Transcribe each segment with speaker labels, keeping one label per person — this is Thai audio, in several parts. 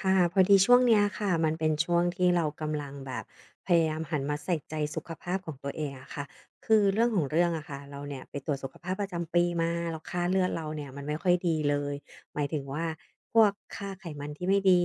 Speaker 1: ค่ะพอดีช่วงเนี้ยค่ะมันเป็นช่วงที่เรากำลังแบบพยายามหันมาใส่ใจสุขภาพของตัวเองอะค่ะคือเรื่องของเรื่องอะค่ะเราเนี่ยไปตรวจสุขภาพประจำปีมาแล้วค่าเลือดเราเนี่ยมันไม่ค่อยดีเลยหมายถึงว่าพวกค่าไขมันที่ไม่ดี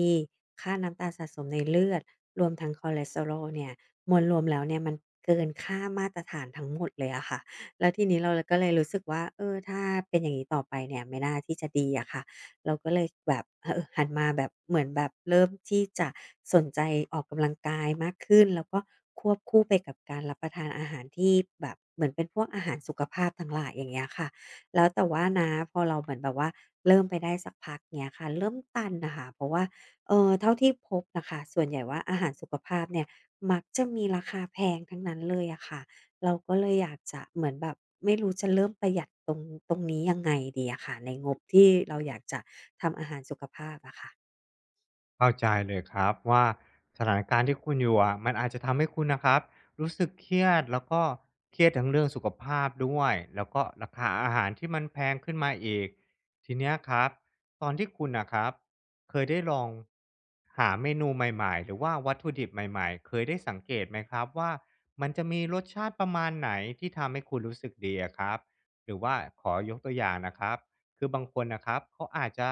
Speaker 1: ค่าน้ำตาลสะสมในเลือดรวมทั้งคอเลสเตอรอลเนี่ยมวลรวมแล้วเนี่ยมันเกินค่ามาตรฐานทั้งหมดเลยอะค่ะแล้วทีนี้เราก็เลยรู้สึกว่าเออถ้าเป็นอย่างนี้ต่อไปเนี่ยไม่น่าที่จะดีอะค่ะ เราก็เลยแบบเออหันมาแบบเหมือนแบบเริ่มที่จะสนใจออกกำลังกายมากขึ้นแล้วก็ควบคู่ไปกับการรับประทานอาหารที่แบบเหมือนเป็นพวกอาหารสุขภาพทั้งหลายอย่างเงี้ยค่ะแล้วแต่ว่านะพอเราเหมือนแบบว่าเริ่มไปได้สักพักเนี้ยค่ะเริ่มตันนะคะเพราะว่าเออเท่าที่พบนะคะส่วนใหญ่ว่าอาหารสุขภาพเนี่ยมักจะมีราคาแพงทั้งนั้นเลยอะค่ะเราก็เลยอยากจะเหมือนแบบไม่รู้จะเริ่มประหยัดตรงนี้ยังไงดีอะค่ะในงบที่เราอยากจะ ทำอาหารสุขภาพอะค่ะ
Speaker 2: เข้าใจเลยครับว่าสถานการณ์ที่คุณอยู่อะมันอาจจะทำให้คุณนะครับรู้สึกเครียดแล้วก็เครียดทั้งเรื่องสุขภาพด้วยแล้วก็ราคาอาหารที่มันแพงขึ้นมาอีกทีเนี้ยครับตอนที่คุณนะครับเคยได้ลองหาเมนูใหม่ๆหรือว่าวัตถุดิบใหม่ๆเคยได้สังเกตไหมครับว่ามันจะมีรสชาติประมาณไหนที่ทำให้คุณรู้สึกดีอะครับหรือว่าขอยกตัวอย่างนะครับ คือบางคนนะครับเขาอาจจะ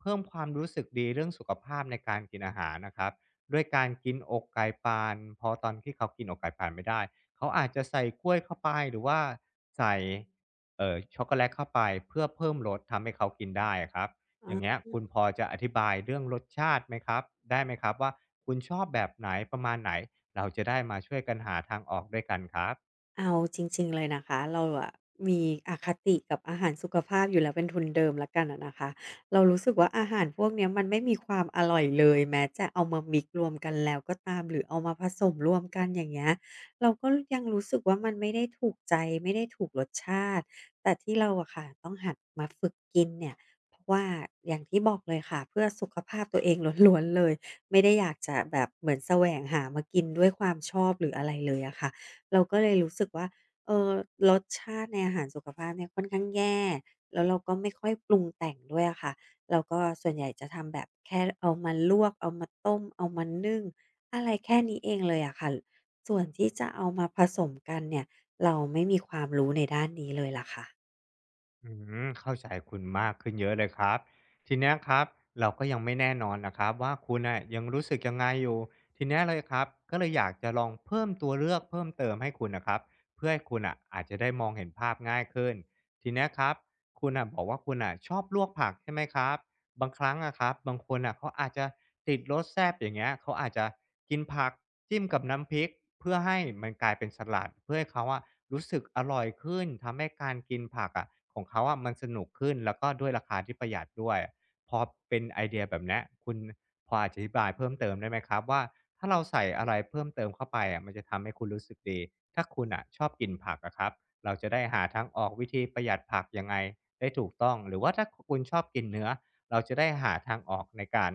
Speaker 2: เพิ่มความรู้สึกดีเรื่องสุขภาพในการกินอาหารนะครับด้วยการกินอกไก่ปานพอตอนที่เขากินอกไก่ปานไม่ได้เขาอาจจะใส่กล้วยเข้าไปหรือว่าใส่ช็อกโกแลตเข้าไปเพื่อเพิ่มรสทำให้เขากินได้ครับอย่างเงี้ยคุณพอจะอธิบายเรื่องรสชาติไหมครับได้ไหมครับว่าคุณชอบแบบไหนประมาณไหนเราจะได้มาช่วยกันหาทางออกด้วยกันครับ
Speaker 1: เอาจริงๆเลยนะคะเราอะมีอคติกับอาหารสุขภาพอยู่แล้วเป็นทุนเดิมแล้วกันอะนะคะเรารู้สึกว่าอาหารพวกเนี้ยมันไม่มีความอร่อยเลยแม้จะเอามามิกซ์รวมกันแล้วก็ตามหรือเอามาผสมรวมกันอย่างเงี้ยเราก็ยังรู้สึกว่ามันไม่ได้ถูกใจไม่ได้ถูกรสชาติแต่ที่เราอะค่ะต้องหัดมาฝึกกินเนี่ยเพราะว่าอย่างที่บอกเลยค่ะเพื่อสุขภาพตัวเองล้วนๆเลยไม่ได้อยากจะแบบเหมือนแสวงหามากินด้วยความชอบหรืออะไรเลยอะค่ะ เราก็เลยรู้สึกว่าเออรสชาติในอาหารสุขภาพเนี่ยค่อนข้างแย่แล้วเราก็ไม่ค่อยปรุงแต่งด้วยอะค่ะเราก็ส่วนใหญ่จะทำแบบแค่เอามาลวกเอามาต้มเอามานึ่งอะไรแค่นี้เองเลยอะค่ะส่วนที่จะเอามาผสมกันเนี่ยเราไม่มีความรู้ในด้านนี้เลยล่ะค่ะ
Speaker 2: อืมเข้าใจคุณมากขึ้นเยอะเลยครับทีเนี้ยครับเราก็ยังไม่แน่นอนนะครับว่าคุณน่ะยังรู้สึกยังไงอยู่ทีเนี้ยเลยครับก็เลยอยากจะลองเพิ่มตัวเลือกเพิ่มเติมให้คุณนะครับเพื่อให้คุณน่ะอาจจะได้มองเห็นภาพง่ายขึ้นทีเนี้ยครับคุณอ่ะบอกว่าคุณอ่ะชอบลวกผักใช่ไหมครับ บางครั้งอะครับบางคนน่ะเขาอาจจะติดรสแซ่บอย่างเงี้ยเขาอาจจะกินผักจิ้มกับน้ำพริกเพื่อให้มันกลายเป็นสลัดเพื่อให้เขาอะรู้สึกอร่อยขึ้นทำให้การกินผักอะของเขาอะมันสนุกขึ้นแล้วก็ด้วยราคาที่ประหยัดด้วยพอเป็นไอเดียแบบเนี้ยคุณพออธิบายเพิ่มเติมได้ไหมครับว่าถ้าเราใส่อะไรเพิ่มเติมเข้าไปอะมันจะทำให้คุณรู้สึกดีถ้าคุณ่ะชอบกินผักอะครับเราจะได้หาทางออกวิธีประหยัดผักยังไงได้ถูกต้องหรือว่าถ้าคุณชอบกินเนื้อ เราจะได้หาทางออกในการ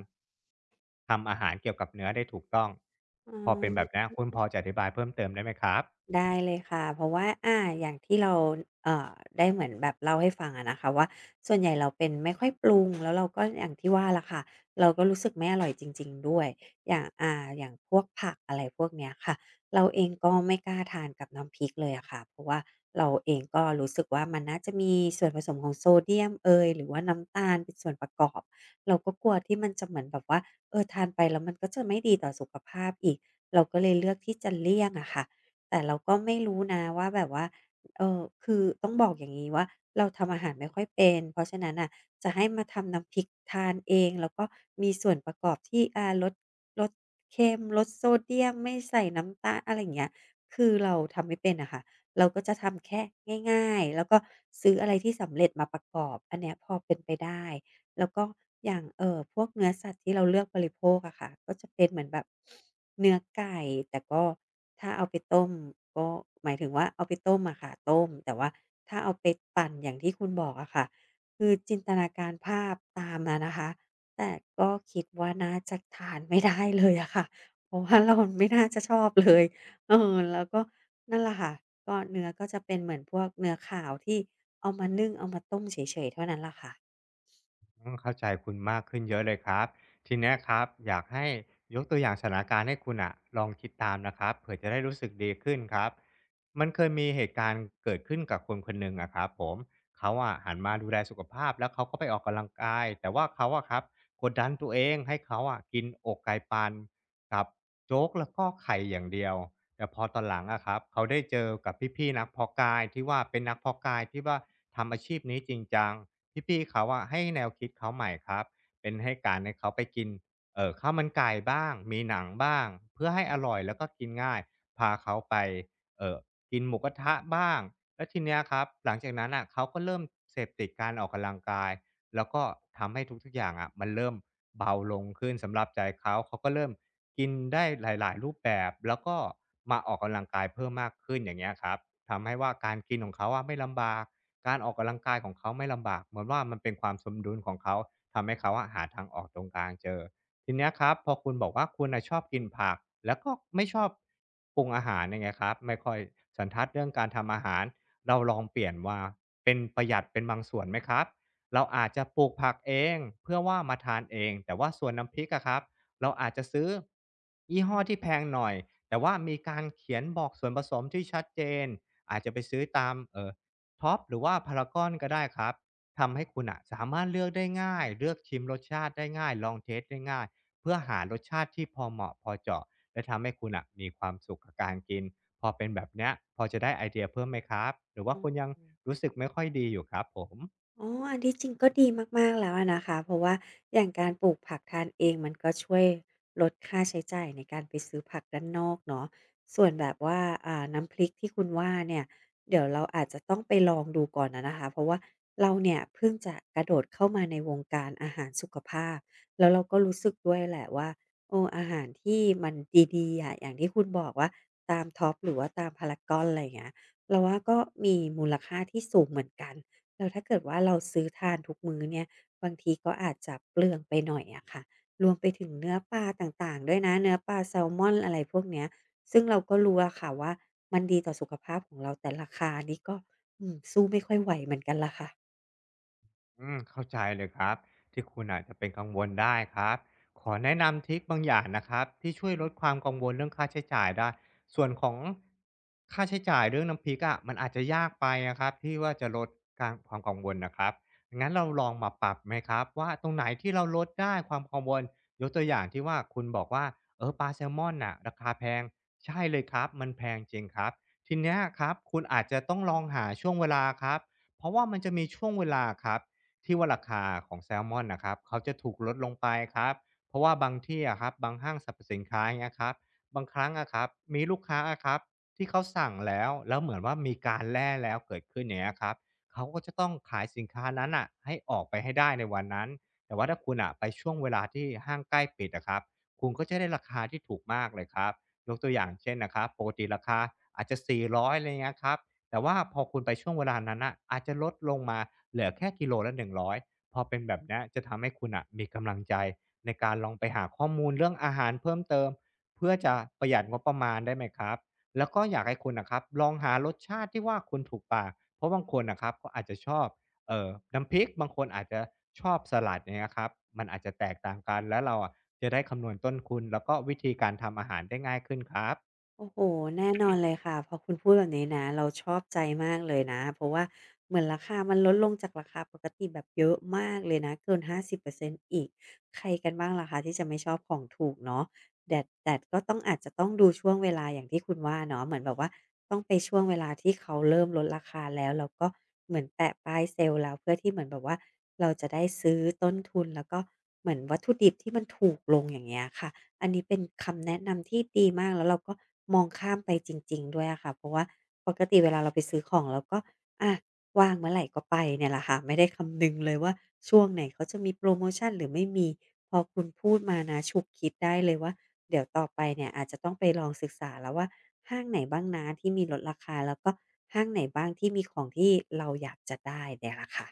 Speaker 2: ทำอาหารเกี่ยวกับเนื้อได้ถูกต้องพอเป็นแบบเนี้
Speaker 1: ออ
Speaker 2: ยคุณพอจะอธิบายเพิ่มเติมได้ไหมครับ
Speaker 1: ได้เลยค่ะเพราะว่าอาอย่างที่เราเอ่อได้เหมือนแบบเล่าให้ฟังอะนะคะว่าส่วนใหญ่เราเป็นไม่ค่อยปรุงแล้วเราก็อย่างที่ว่าละค่ะเราก็รู้สึกไม่อร่อยจริงๆด้วยอย่างอย่างพวกผักอะไรพวกเนี้ยค่ะเราเองก็ไม่กล้าทานกับน้ำพริกเลยอะค่ะเพราะว่าเราเองก็รู้สึกว่ามันน่าจะมีส่วนผสมของโซเดียมเอยหรือว่าน้ำตาลเป็นส่วนประกอบเราก็กลัวที่มันจะเหมือนแบบว่าเออทานไปแล้วมันก็จะไม่ดีต่อสุขภาพอีกเราก็เลยเลือกที่จะเลี่ยงอะค่ะ แต่เราก็ไม่รู้นะว่าแบบว่าเออคือต้องบอกอย่างนี้ว่าเราทำอาหารไม่ค่อยเป็น เพราะฉะนั้นน่ะจะให้มาทำน้ำพริกทานเองแล้วก็มีส่วนประกอบที่ลดเค็มลดโซเดียมไม่ใส่น้ำตาลอะไรอย่างเงี้ยคือเราทำไม่เป็นอะค่ะเราก็จะทำแค่ง่ายๆแล้วก็ซื้ออะไรที่สำเร็จมาประกอบอันเนี้ยพอเป็นไปได้แล้วก็อย่างพวกเนื้อสัตว์ที่เราเลือกบริโภคอะค่ะก็จะเป็นเหมือนแบบเนื้อไก่แต่ก็ ถ้าเอาไปต้มก็หมายถึงว่าเอาไปต้มอะค่ะต้มแต่ว่าถ้าเอาไปปั่นอย่างที่คุณบอกอะค่ะคือจินตนาการภาพตามมานะคะแต่ก็คิดว่าน่าจะทานไม่ได้เลยอะค่ะเพราะว่าเราไม่น่าจะชอบเลยเออแล้วก็นั่นแหละค่ะก็เนื้อก็จะเป็นเหมือนพวกเนื้อขาวที่เอามานึ่งเอามาต้มเฉยๆเท่านั้นล่ะค่ะ
Speaker 2: อืมเข้าใจคุณมากขึ้นเยอะเลยครับทีเนี้ยครับอยากให้ยกตัวอย่างสถานการณ์ให้คุณอะลองคิดตามนะครับเผื่อจะได้รู้สึกดีขึ้นครับมันเคยมีเหตุการณ์เกิดขึ้นกับคนคนหนึ่งอะครับผมเขาอะหันมาดูแลสุขภาพแล้วเขาก็ไปออกกำลังกายแต่ว่าเขาอะครับกดดันตัวเองให้เขาอะกินอกไก่ปันกับโจ๊กแล้วก็ไข่อย่างเดียวแต่พอตอนหลังอะครับเขาได้เจอกับพี่ๆนักเพาะกายที่ว่าเป็นนักเพาะกายที่ว่าทำอาชีพนี้จริงจัง พี่ๆเขาอะให้แนวคิดเขาใหม่ครับเป็นให้การให้เขาไปกินข้าวมันไก่บ้างมีหนังบ้างเพื่อให้อร่อยแล้วก็กินง่ายพาเขาไปเออกินหมูกระทะบ้างแล้วทีเนี้ยครับหลังจากนั้นอะเขาก็เริ่มเสพติดการออกกำลังกายแล้วก็ทำให้ทุกๆอย่างอะมันเริ่มเบาลงขึ้นสำหรับใจเขาเขาก็เริ่มกินได้หลายๆรูปแบบแล้วก็มาออกกำลังกายเพิ่มมากขึ้นอย่างเงี้ยครับทำให้ว่าการกินของเขาอะไม่ลำบาก การออกกำลังกายของเขาไม่ลำบากเหมือนว่ามันเป็นความสมดุลของเขา ทำให้เขาอะหาทางออกตรงกลางเจอทีเนี้ยครับพอคุณบอกว่าคุณน่ะชอบกินผักแล้วก็ไม่ชอบปรุงอาหารเนี่ยไงครับไม่ค่อยสันทัดเรื่องการทำอาหารเราลองเปลี่ยนว่าเป็นประหยัดเป็นบางส่วนไหมครับ เราอาจจะปลูกผักเองเพื่อว่ามาทานเอง แต่ว่าส่วนน้ำพริกอะครับเราอาจจะซื้อยี่ห้อที่แพงหน่อยแต่ว่ามีการเขียนบอกส่วนผสมที่ชัดเจนอาจจะไปซื้อตามท็อปหรือว่าพารากอนก็ได้ครับทำให้คุณอะสามารถเลือกได้ง่ายเลือกชิมรสชาติได้ง่ายลองเทสได้ง่ายเพื่อหารสชาติที่พอเหมาะพอเจาะและทำให้คุณอะมีความสุขกับการกินพอเป็นแบบเนี้ยพอจะได้ไอเดียเพิ่มไหมครับหรือว่า
Speaker 1: อื
Speaker 2: คุณยัง
Speaker 1: ม
Speaker 2: รู้สึกไม่ค่อยดีอยู่ครับผม
Speaker 1: อ๋ออันที่จริงก็ดีมากๆแล้วอะนะคะเพราะว่าอย่างการปลูกผักทานเองมันก็ช่วยลดค่าใช้จ่ายในการไปซื้อผักด้านนอกเนาะส่วนแบบว่าน้ำพริกที่คุณว่าเนี่ยเดี๋ยวเราอาจจะต้องไปลองดูก่อนอะนะคะ เพราะว่าเราเนี่ยเพิ่งจะกระโดดเข้ามาในวงการอาหารสุขภาพแล้วเราก็รู้สึกด้วยแหละว่าเอออาหารที่มันดีๆอะอย่างที่คุณบอกว่าตามท็อปหรือว่าตามพารากอนอะไรอย่างเงี้ยเราว่าก็มีมูลค่าที่สูงเหมือนกัน แล้วถ้าเกิดว่าเราซื้อทานทุกมื้อเนี่ยบางทีก็อาจจะเปลืองไปหน่อยอะค่ะรวมไปถึงเนื้อปลาต่างๆด้วยนะเนื้อปลาแซลมอนอะไรพวกเนี้ยซึ่งเราก็รู้อะค่ะว่ามันดีต่อสุขภาพของเราแต่ราคานี้ก็สู้ไม่ค่อยไหวเหมือนกันล่ะค่ะ
Speaker 2: อืมเข้าใจเลยครับที่คุณอาจจะเป็นกังวลได้ครับขอแนะนำทริคบางอย่างนะครับที่ช่วยลดความกังวลเรื่องค่าใช้จ่ายได้ส่วนของค่าใช้จ่ายเรื่องน้ำพริกอะมันอาจจะยากไปนะครับที่ว่าจะลดการความกังวลนะครับงั้นเราลองมาปรับไหมครับว่าตรงไหนที่เราลดได้ความกังวลยกตัวอย่างที่ว่าคุณบอกว่าเออปลาแซลมอนน่ะราคาแพงใช่เลยครับมันแพงจริงครับทีเนี้ยครับคุณอาจจะต้องลองหาช่วงเวลาครับเพราะว่ามันจะมีช่วงเวลาครับ ที่ว่าราคาของแซลมอนนะครับเขาจะถูกลดลงไปครับเพราะว่าบางที่อะครับบางห้างสรรพสินค้าอย่างเงี้ยครับบางครั้งอะครับมีลูกค้าอะครับที่เขาสั่งแล้วเหมือนว่ามีการแล่แล้วเกิดขึ้นอย่างเงี้ยครับเขาก็จะต้องขายสินค้านั้นอะให้ออกไปให้ได้ในวันนั้นแต่ว่าถ้าคุณอะไปช่วงเวลาที่ห้างใกล้ปิดอะครับคุณก็จะได้ราคาที่ถูกมากเลยครับยกตัวอย่างเช่นนะครับปกติราคาอาจจะ400อะไรเงี้ยครับ แต่ว่าพอคุณไปช่วงเวลานั้นน่ะอาจจะลดลงมาเหลือแค่กิโลละ100พอเป็นแบบเนี้ยจะทำให้คุณอ่ะมีกำลังใจในการลองไปหาข้อมูลเรื่องอาหารเพิ่มเติมเพื่อจะประหยัดงบประมาณได้ไหมครับแล้วก็อยากให้คุณนะครับลองหารสชาติที่ว่าคุณถูกปากเพราะบางคนนะครับก็อาจจะชอบเอ่อน้ำพริกบางคนอาจจะชอบสลัดเนี่ยครับมันอาจจะแตกต่างกันแล้วเราอะจะได้คำนวณต้นทุนแล้วก็วิธีการทำอาหารได้ง่ายขึ้นครับ
Speaker 1: โอ้โฮแน่นอนเลยค่ะ พอคุณพูดแบบนี้นะเราชอบใจมากเลยนะ เพราะว่าเหมือนราคามันลดลงจากราคาปกติแบบเยอะมากเลยนะเกิน50%อร์เซ็นต์อีกใครกันบ้างล่ะคะที่จะไม่ชอบของถูกเนาะแดดแต่ก็ต้องอาจจะต้องดูช่วงเวลาอย่างที่คุณว่าเนาะเหมือนแบบว่าต้องไปช่วงเวลาที่เขาเริ่มลดราคาแล้วก็เหมือนแปะป้ายเซลล์แล้วเพื่อที่เหมือนแบบว่าเราจะได้ซื้อต้นทุนแล้วก็เหมือนวัตถุดิบที่มันถูกลงอย่างเงี้ยค่ะ อันนี้เป็นคำแนะนำที่ดีมากแล้วเราก็มองข้ามไปจริงๆด้วยอะค่ะเพราะว่าปกติเวลาเราไปซื้อของเราก็อาว่างเมื่อไหร่ก็ไปเนี่ยแหละค่ะไม่ได้คำนึงเลยว่าช่วงไหนเขาจะมีโพรโมชันหรือไม่มีพอคุณพูดมานะฉุกคิดได้เลยว่าเดี๋ยวต่อไปเนี่ยอาจจะต้องไปลองศึกษาแล้วว่าห้างไหนบ้างนะที่มีลดราคาแล้วก็ห้างไหนบ้างที่มีของที่เราอยากจะได้เนี่ยแหละค่ะ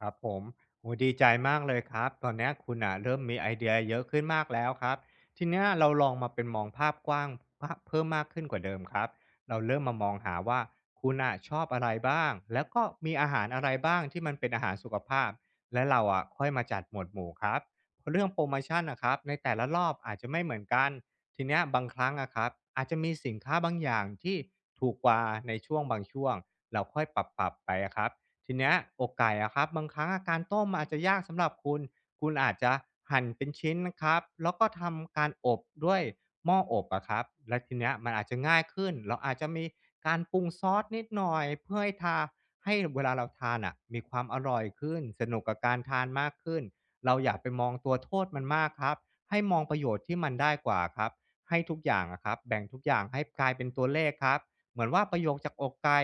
Speaker 2: ครับผมโอ้ดีใจมากเลยครับตอนเนี้ยคุณอ่ะเริ่มมีไอเดียเยอะขึ้นมากแล้วครับทีเนี้ยเราลองมาเป็นมองภาพกว้างภาพเพิ่มมากขึ้นกว่าเดิมครับเราเริ่มมามองหาว่าคุณอ่ะชอบอะไรบ้างแล้วก็มีอาหารอะไรบ้างที่มันเป็นอาหารสุขภาพและเราอะค่อยมาจัดหมวดหมู่ครับเพราะเรื่องโปรโมชันนะครับในแต่ละรอบอาจจะไม่เหมือนกันทีเนี้ยบางครั้งอะครับอาจจะมีสินค้าบางอย่างที่ถูกกว่าในช่วงบางช่วงเราค่อยปรับไปอะครับ ทีเนี้ยอกไก่อะครับบางครั้งอะการต้มอาจจะยากสำหรับคุณคุณอาจจะหั่นเป็นชิ้นนะครับแล้วก็ทำการอบด้วยหม้ออบอะครับและทีเนี้ยมันอาจจะง่ายขึ้นเราอาจจะมีการปรุงซอสนิดหน่อยเพื่อให้ทาให้เวลาเราทานอ่ะมีความอร่อยขึ้นสนุกกับการทานมากขึ้นเราอย่าไปมองตัวโทษมันมากครับให้มองประโยชน์ที่มันได้กว่าครับให้ทุกอย่างอะครับแบ่งทุกอย่างให้กลายเป็นตัวเลขครับเหมือนว่าประโยคจากอกไก่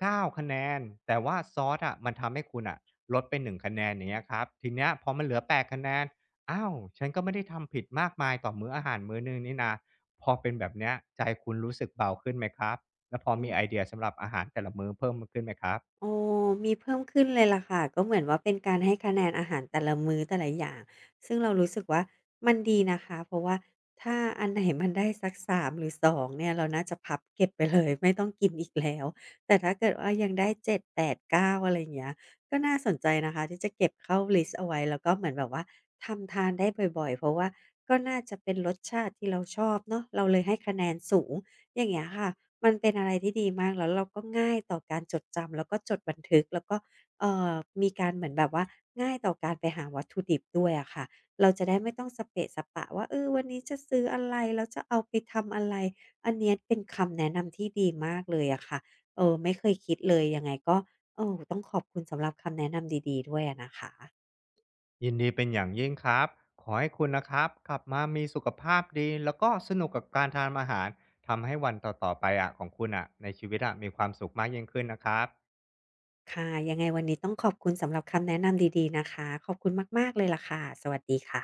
Speaker 2: 9คะแนนแต่ว่าซอสอะมันทำให้คุณอ่ะลดไป1คะแนนอย่างเงี้ยครับทีเนี้ยพอมันเหลือ8คะแนนอ้าวฉันก็ไม่ได้ทำผิดมากมายต่อมื้ออาหารมื้อหนึ่งนี่นาพอเป็นแบบเนี้ยใจคุณรู้สึกเบาขึ้นไหมครับแล้วพอมีไอเดียสำหรับอาหารแต่ละมื้อเพิ่มขึ้นไหมครับ
Speaker 1: โอ้มีเพิ่มขึ้นเลยล่ะค่ะก็เหมือนว่าเป็นการให้คะแนนอาหารแต่ละมื้อแต่ละอย่างซึ่งเรารู้สึกว่ามันดีนะคะเพราะว่าถ้าอันไหนมันได้สักสามหรือสองเนี่ยเราน่าจะพับเก็บไปเลย ไม่ต้องกินอีกแล้วแต่ถ้าเกิดว่ายังได้เจ็ดแปดเก้าอะไรอย่างเงี้ยก็น่าสนใจนะคะที่จะเก็บเข้าลิสต์เอาไว้แล้วก็เหมือนแบบว่าทำทานได้บ่อยๆเพราะว่าก็น่าจะเป็นรสชาติที่เราชอบเนาะเราเลยให้คะแนนสูง อย่างเงี้ยค่ะ มันเป็นอะไรที่ดีมากแล้วเราก็ง่ายต่อการจดจำ แล้วก็จดบันทึก แล้วก็เอ่อมีการเหมือนแบบว่าง่ายต่อการไปหาวัตถุดิบด้วยอะค่ะเราจะได้ไม่ต้องสเปะสะปะว่าเออวันนี้จะซื้ออะไรแล้วจะเอาไปทำอะไรอันเนี้ยเป็นคำแนะนำที่ดีมากเลยอะค่ะเออไม่เคยคิดเลยยังไงก็เออต้องขอบคุณสำหรับคำแนะนำดีๆด้วยอะนะคะ
Speaker 2: ยินดีเป็นอย่างยิ่งครับขอให้คุณนะครับกลับมามีสุขภาพดีแล้วก็สนุกกับการทานอาหารทำให้วันต่อๆไปอะของคุณน่ะในชีวิตอะมีความสุขมากยิ่งขึ้นนะครับ
Speaker 1: ค่ะยังไงวันนี้ต้องขอบคุณสำหรับคำแนะนำดีๆนะคะขอบคุณมากๆเลยล่ะค่ะสวัสดีค่ะ